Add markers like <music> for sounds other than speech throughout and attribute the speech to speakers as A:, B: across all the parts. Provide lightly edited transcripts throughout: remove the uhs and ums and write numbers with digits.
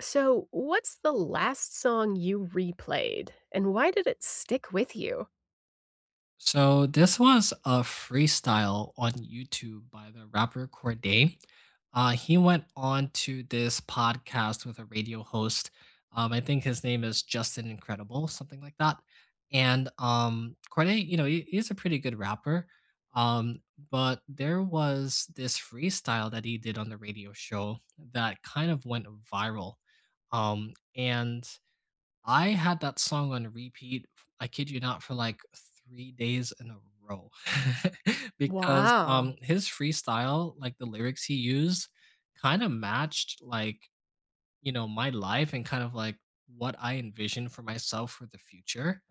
A: So, what's the last song you replayed and why did it stick with you?
B: So this was a freestyle on YouTube by the rapper Cordae. He went on to this podcast with a radio host. I think his name is Justin Incredible, something like that. And Cordae, he's a pretty good rapper. Um, but there was this freestyle that he did on the radio show that kind of went viral. And I had that song on repeat, f I kid you not, for, like, 3 days in a row <laughs> because,
A: Wow.
B: his freestyle, like, the lyrics he used kinda matched, like, my life and kind of, like, what I envisioned for myself for the future,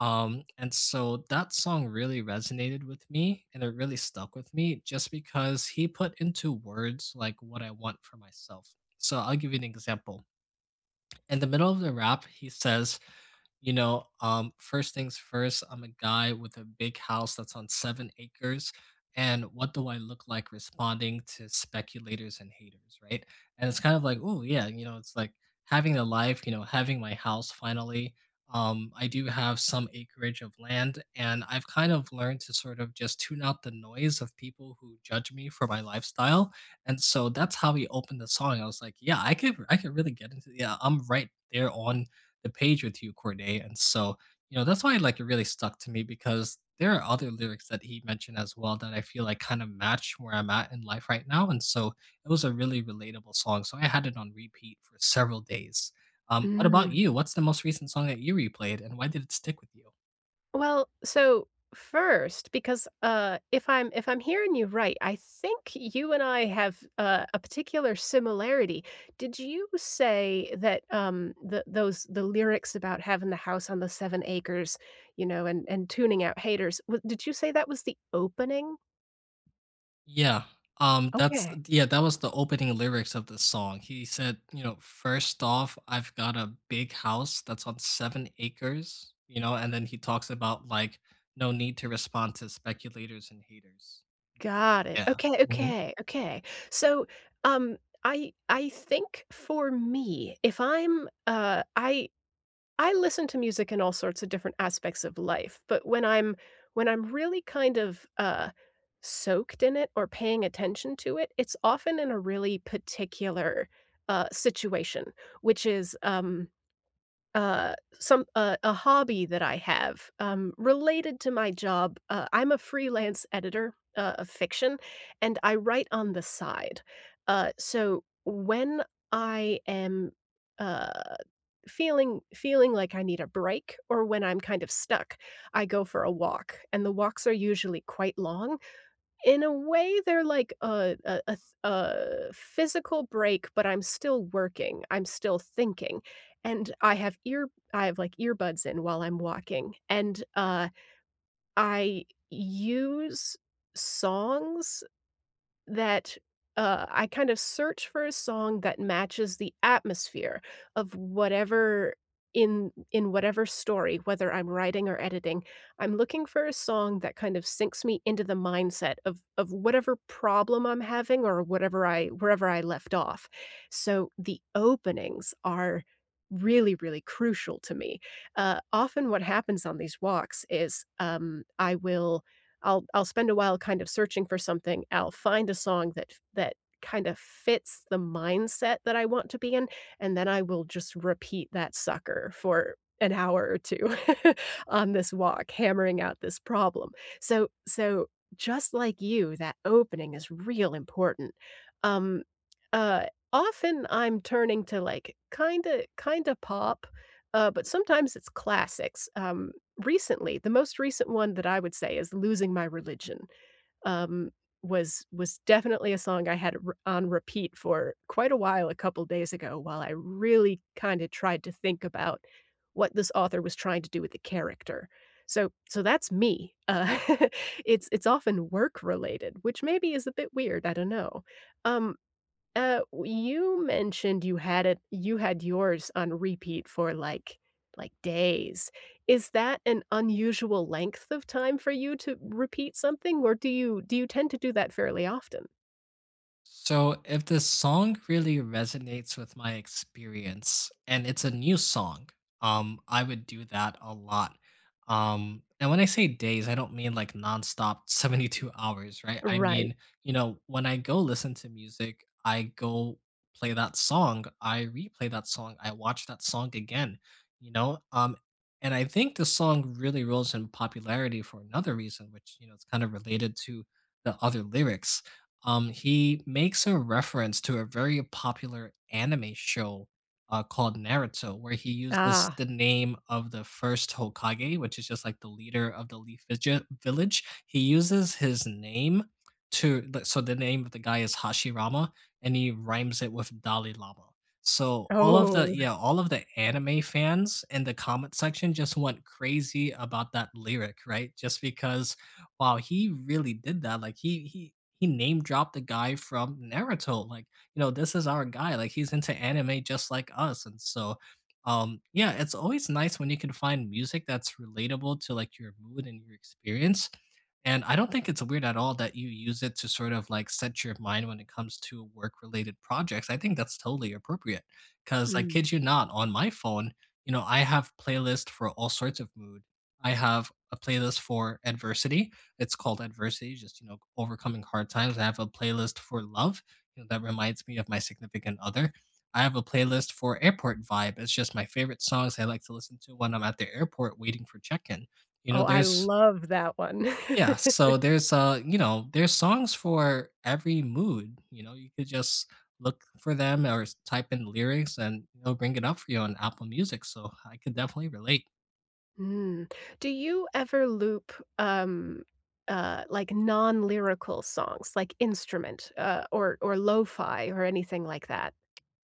B: and so that song really resonated with me, and it really stuck with me just because he put into words, like, what I want for myself. So I'll give you an example. In the middle of the rap, he says, First things first, I'm a guy with a big house that's on 7 acres. And what do I look like responding to speculators and haters, right? And it's kind of like, oh, yeah, you know, it's like having a life, you know, having my house finally. I do have some acreage of land, and I've kind of learned to sort of just tune out the noise of people who judge me for my lifestyle. And so that's how we opened the song. I was like, yeah, I could really get into, yeah, I'm right there on the page with you, Corday. And so, that's why like it really stuck to me because there are other lyrics that he mentioned as well that I feel like kind of match where I'm at in life right now. And so it was a really relatable song. So I had it on repeat for several days. What about
A: Mm.
B: you? What's the most recent song that you replayed and why did it stick with you?
A: Well, so first because if I'm hearing you right, I think you and I have a particular similarity. Did you say that the lyrics about having the house on the 7 acres, you know, and tuning out haters, did you say that was the opening?
B: Yeah,
A: Okay.
B: that was the opening lyrics of the song. He said, first off, I've got a big house that's on 7 acres, and then he talks about, like, "No need to respond to speculators and haters."
A: Got it.
B: Yeah.
A: Okay,
B: Mhm.
A: okay, okay. So, um, I think for me, if I'm, I listen to music in all sorts of different aspects of life, but when I'm really kind of, soaked in it or paying attention to it, it's often in a really particular, situation, which is, some a hobby that I have, related to my job. I'm a freelance editor, of fiction, and I write on the side. So when I am uh feeling like I need a break or when I'm kind of stuck, I go for a walk, and the walks are usually quite long. In a way, they're like a physical break, but I'm still working, I'm still thinking, and I have, like, earbuds in while I'm walking, and, I use songs that, I kind of search for a song that matches the atmosphere of whatever in whatever story, whether I'm writing or editing, I'm looking for a song that kind of sinks me into the mindset of whatever problem I'm having or whatever I wherever I left off. So, the openings are really, really crucial to me. Often what happens on these walks is, I will I'll spend a while kind of searching for something. I'll find a song that kind of fits the mindset that I want to be in, and then I will just repeat that sucker for an hour or 2 <laughs> on this walk, hammering out this problem. So, so just like you, that opening is real important. Um, uh, often I'm turning to, like, kinda pop, but sometimes it's classics. Recently, the most recent one that I would say is "Losing My Religion," um, was definitely a song I had on repeat for quite a while a couple days ago while I really kinda tried to think about what this author was trying to do with the character. So so that's me. <laughs> It's often work related, which maybe is a bit weird, I don't know. Um uh, you mentioned you had yours on repeat for, like, days. Is that an unusual length of time for you to repeat something, or do you tend to do that fairly often?
B: So, if the song really resonates with my experience and it's a new song, I would do that a lot. And when I say days, I don't mean like nonstop <laughs> 72 hours, right? I
A: Right.
B: mean, when I go listen to music, I go play that song, I replay that song, I watch that song again, you know? And I think the song really rose in popularity for another reason, which, it's kind of related to the other lyrics, he makes a reference to a very popular anime show called Naruto, where he uses
A: Ah.
B: the name of the first Hokage, which is just like the leader of the Leaf Village. He uses his name like, so the name of the guy is Hashirama, and he rhymes it with Dalai Lama. So all of the
A: Oh.
B: yeah, all of the anime fans in the comment section just went crazy about that lyric, right? Just because wow, he really did that. Like he name dropped the guy from Naruto. Like, this is our guy. Like he's into anime just like us. And so yeah, it's always nice when you can find music that's relatable to like your mood and your experience. And I don't think it's weird at all that you use it to sort of like set your mind when it comes to work related projects. I think that's totally appropriate because I
A: Mm.
B: kid you not, on my phone, I have playlist for all sorts of mood. I have a playlist for adversity, it's called Adversity, just, overcoming hard times. I have a playlist for love, that reminds me of my significant other. I have a playlist for airport vibe. It's just my favorite songs I like to listen to when I'm at the airport waiting for check-in. You know,
A: Oh, I
B: there's
A: love that one.
B: yeah,
A: <laughs>
B: so there's uh, you know, there's songs for every mood. You know, you could just look for them or type in lyrics and it'll bring it up for you on Apple Music. So I could definitely relate.
A: Mm. Do you ever loop, um, like, non-lyrical songs, like instrument, or lo-fi or anything like that?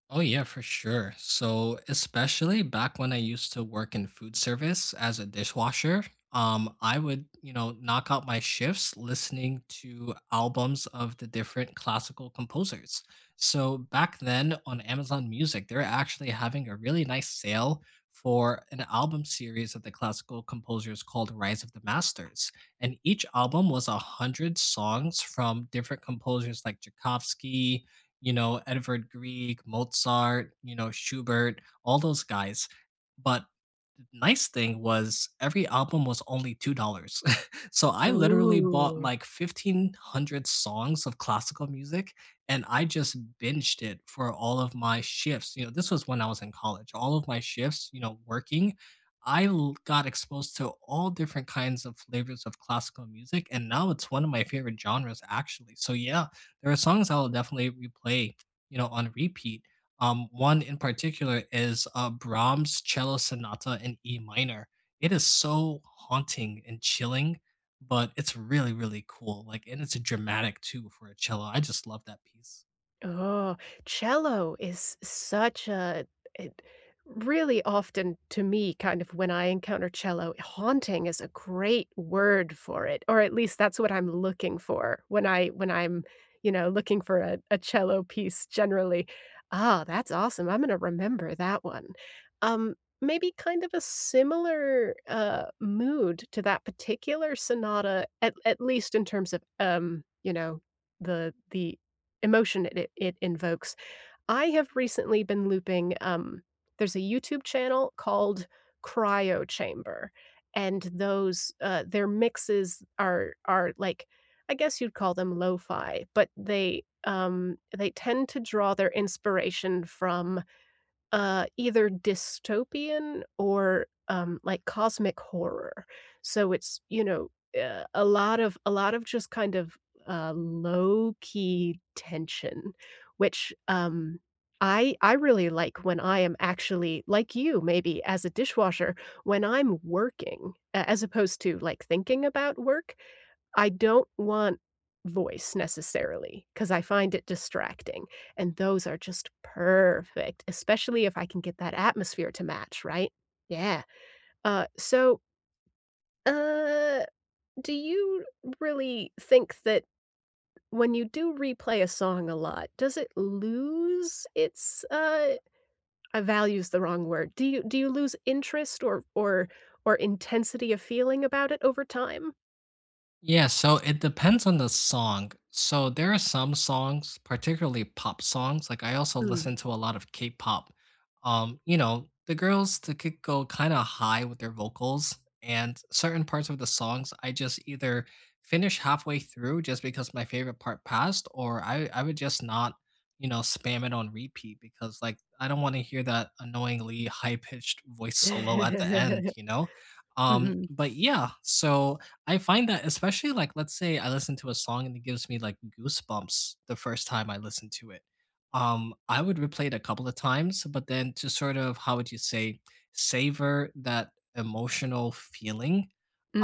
B: Oh, yeah, for sure. So, especially back when I used to work in food service as a dishwasher, I would, knock out my shifts listening to albums of the different classical composers. So, back then on Amazon Music, they're actually having a really nice sale for an album series of the classical composers called Rise of the Masters. And each album was a 100 songs from different composers like Tchaikovsky, Edvard Grieg, Mozart, Schubert, all those guys. But nice thing was every album was only $2. <laughs> So I literally bought
A: Ooh.
B: like 1,500 songs of classical music, and I just binged it for all of my shifts. You know, this was when I was in college. All of my shifts, working, I got exposed to all different kinds of flavors of classical music. And now it's one of my favorite genres, actually. So yeah, there are songs I will definitely replay, on repeat. One in particular is Brahms' Cello Sonata in E minor. It is so haunting and chilling, but it's really, really cool. Like, and it's dramatic too for a cello. I just love that piece.
A: Oh, cello is such a it really often to me, kind of when I encounter cello, haunting is a great word for it, or at least that's what I'm looking for when I'm you know, looking for a cello piece generally. Ah, that's awesome. I'm gonna remember that one. Um, maybe kind of a similar mood to that particular sonata, at least in terms of you know, the emotion it invokes. I have recently been looping, there's a YouTube channel called Cryo Chamber, and those, their mixes are like, I guess you'd call them lo-fi, but they tend to draw their inspiration from either dystopian or, like, cosmic horror. So it's, you know, a lot of just kind of, low-key tension, which, I really like when I am actually like you maybe as a dishwasher, when I'm working, a as opposed to, like, thinking about work, I don't want voice necessarily because I find it distracting, and those are just perfect, especially if I can get that atmosphere to match, right? Yeah. So, uh, do you really think that when you do replay a song a lot, does it lose its, value's the wrong word. Do you lose interest or or intensity of feeling about it over time?
B: Yeah, so it depends on the song. So there are some songs, particularly pop songs. Like I also
A: Mm.
B: listen to a lot of K-pop. The girls to could go kind of high with their vocals, and certain parts of the songs I just either finish halfway through just because my favorite part passed, or I would just not, spam it on repeat because like I don't want to hear that annoyingly high-pitched voice solo at the end,
A: <laughs>
B: you know?
A: Mhm.
B: But yeah, so I find that especially like let's say I listen to a song, and it gives me like goosebumps the first time I listen to it. I would replay it a couple of times, but then to sort of how would you say savor that emotional feeling,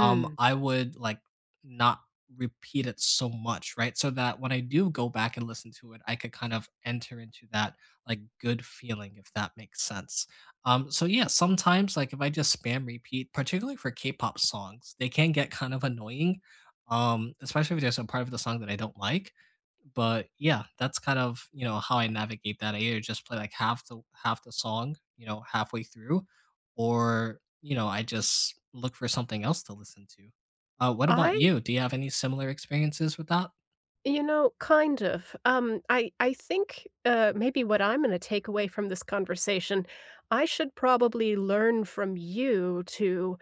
B: I would like not repeat it so much, right? So that when I do go back and listen to it, I could kind of enter into that like good feeling, if that makes sense. So yeah, sometimes like if I just spam repeat, particularly for K-pop songs, they can get kind of annoying, especially if there's a part of the song that I don't like. But yeah, that's kind of how I navigate that. I either just play like half the song, halfway through, or I just look for something else to listen to. What about
A: I
B: you? Do you have any similar experiences with that?
A: you know, kind of. I think, maybe what I'm gonna take away from this conversation, I should probably learn from you to,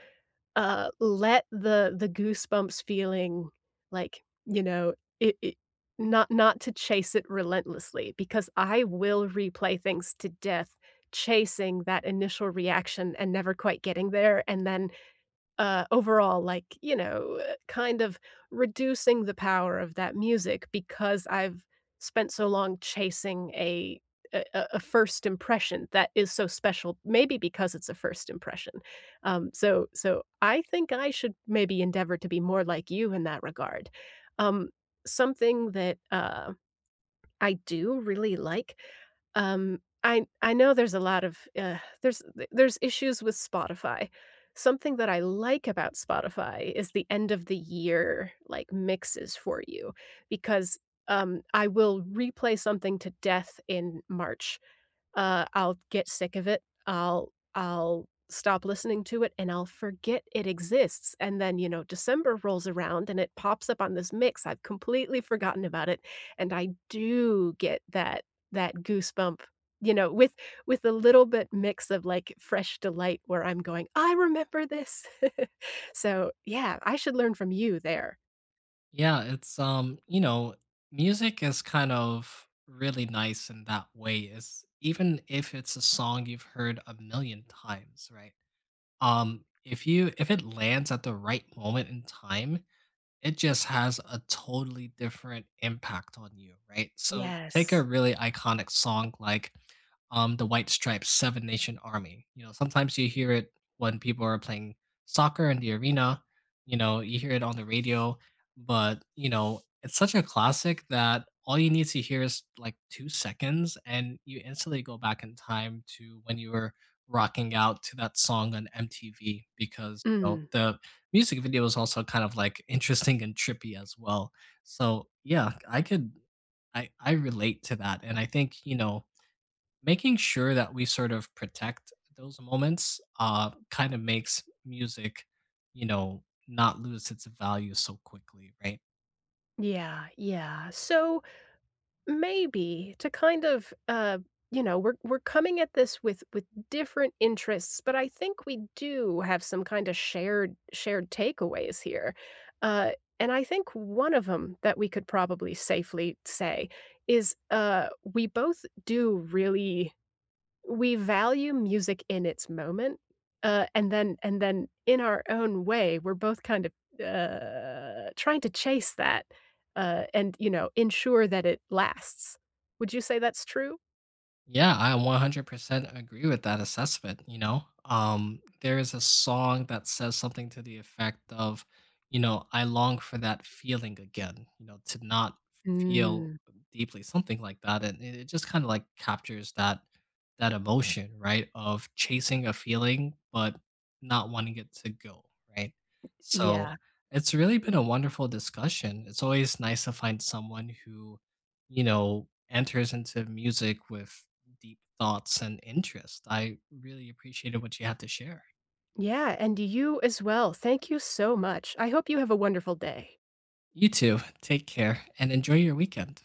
A: let the goosebumps feeling, like, you know, it not to chase it relentlessly because I will replay things to death chasing that initial reaction and never quite getting there, and then overall, like, you know, kind of reducing the power of that music because I've spent so long chasing a first impression that is so special, maybe because it's a first impression. So so I think I should maybe endeavor to be more like you in that regard. Um, something that, I do really like I know there's a lot of, there's issues with Spotify. Something that I like about Spotify is the end of the year, like, mixes for you because, I will replay something to death in March I'll get sick of it. I'll stop listening to it and I'll forget it exists. And then, you know, December rolls around and it pops up on this mix. I've completely forgotten about it. And I do get that goosebump, you know, with a little bit mix of like fresh delight where I'm going, I remember this. <laughs> So yeah, I should learn from you there.
B: Yeah, music is kind of really nice in that way. Is even if it's a song you've heard a million times, right? If it lands at the right moment in time, it just has a totally different impact on you, right? So take a
A: Yes.
B: really iconic song like the White Stripes' Seven Nation Army. Sometimes you hear it when people are playing soccer in the arena, you know, you hear it on the radio, but, it's such a classic that all you need to hear is like 2 seconds, and you instantly go back in time to when you were rocking out to that song on MTV because,
A: Mm,
B: the music video is also kind of like interesting and trippy as well. So yeah, I could I relate to that. And I think, making sure that we sort of protect those moments kind of makes music, not lose its value so quickly, right?
A: yeah, yeah. So maybe to kind of, you know, we're coming at this with different interests, but I think we do have some kind of shared takeaways here. Uh, and I think one of them that we could probably safely say is, we both do really we value music in its moment, and then in our own way, we're both kind of, trying to chase that, and, you know, ensure that it lasts. Would you say that's true?
B: Yeah, I 100% agree with that assessment. There is a song that says something to the effect of, I long for that feeling again, to not feel
A: Mm,
B: deeply something like that, and it just kind of like captures that emotion, right? Of chasing a feeling but not wanting it to go, right? So,
A: yeah.
B: it's really been a wonderful discussion. It's always nice to find someone who enters into music with deep thoughts and interest. I really appreciated what you had to share.
A: Yeah, and you as well. Thank you so much. I hope you have a wonderful day.
B: You too. Take care and enjoy your weekend.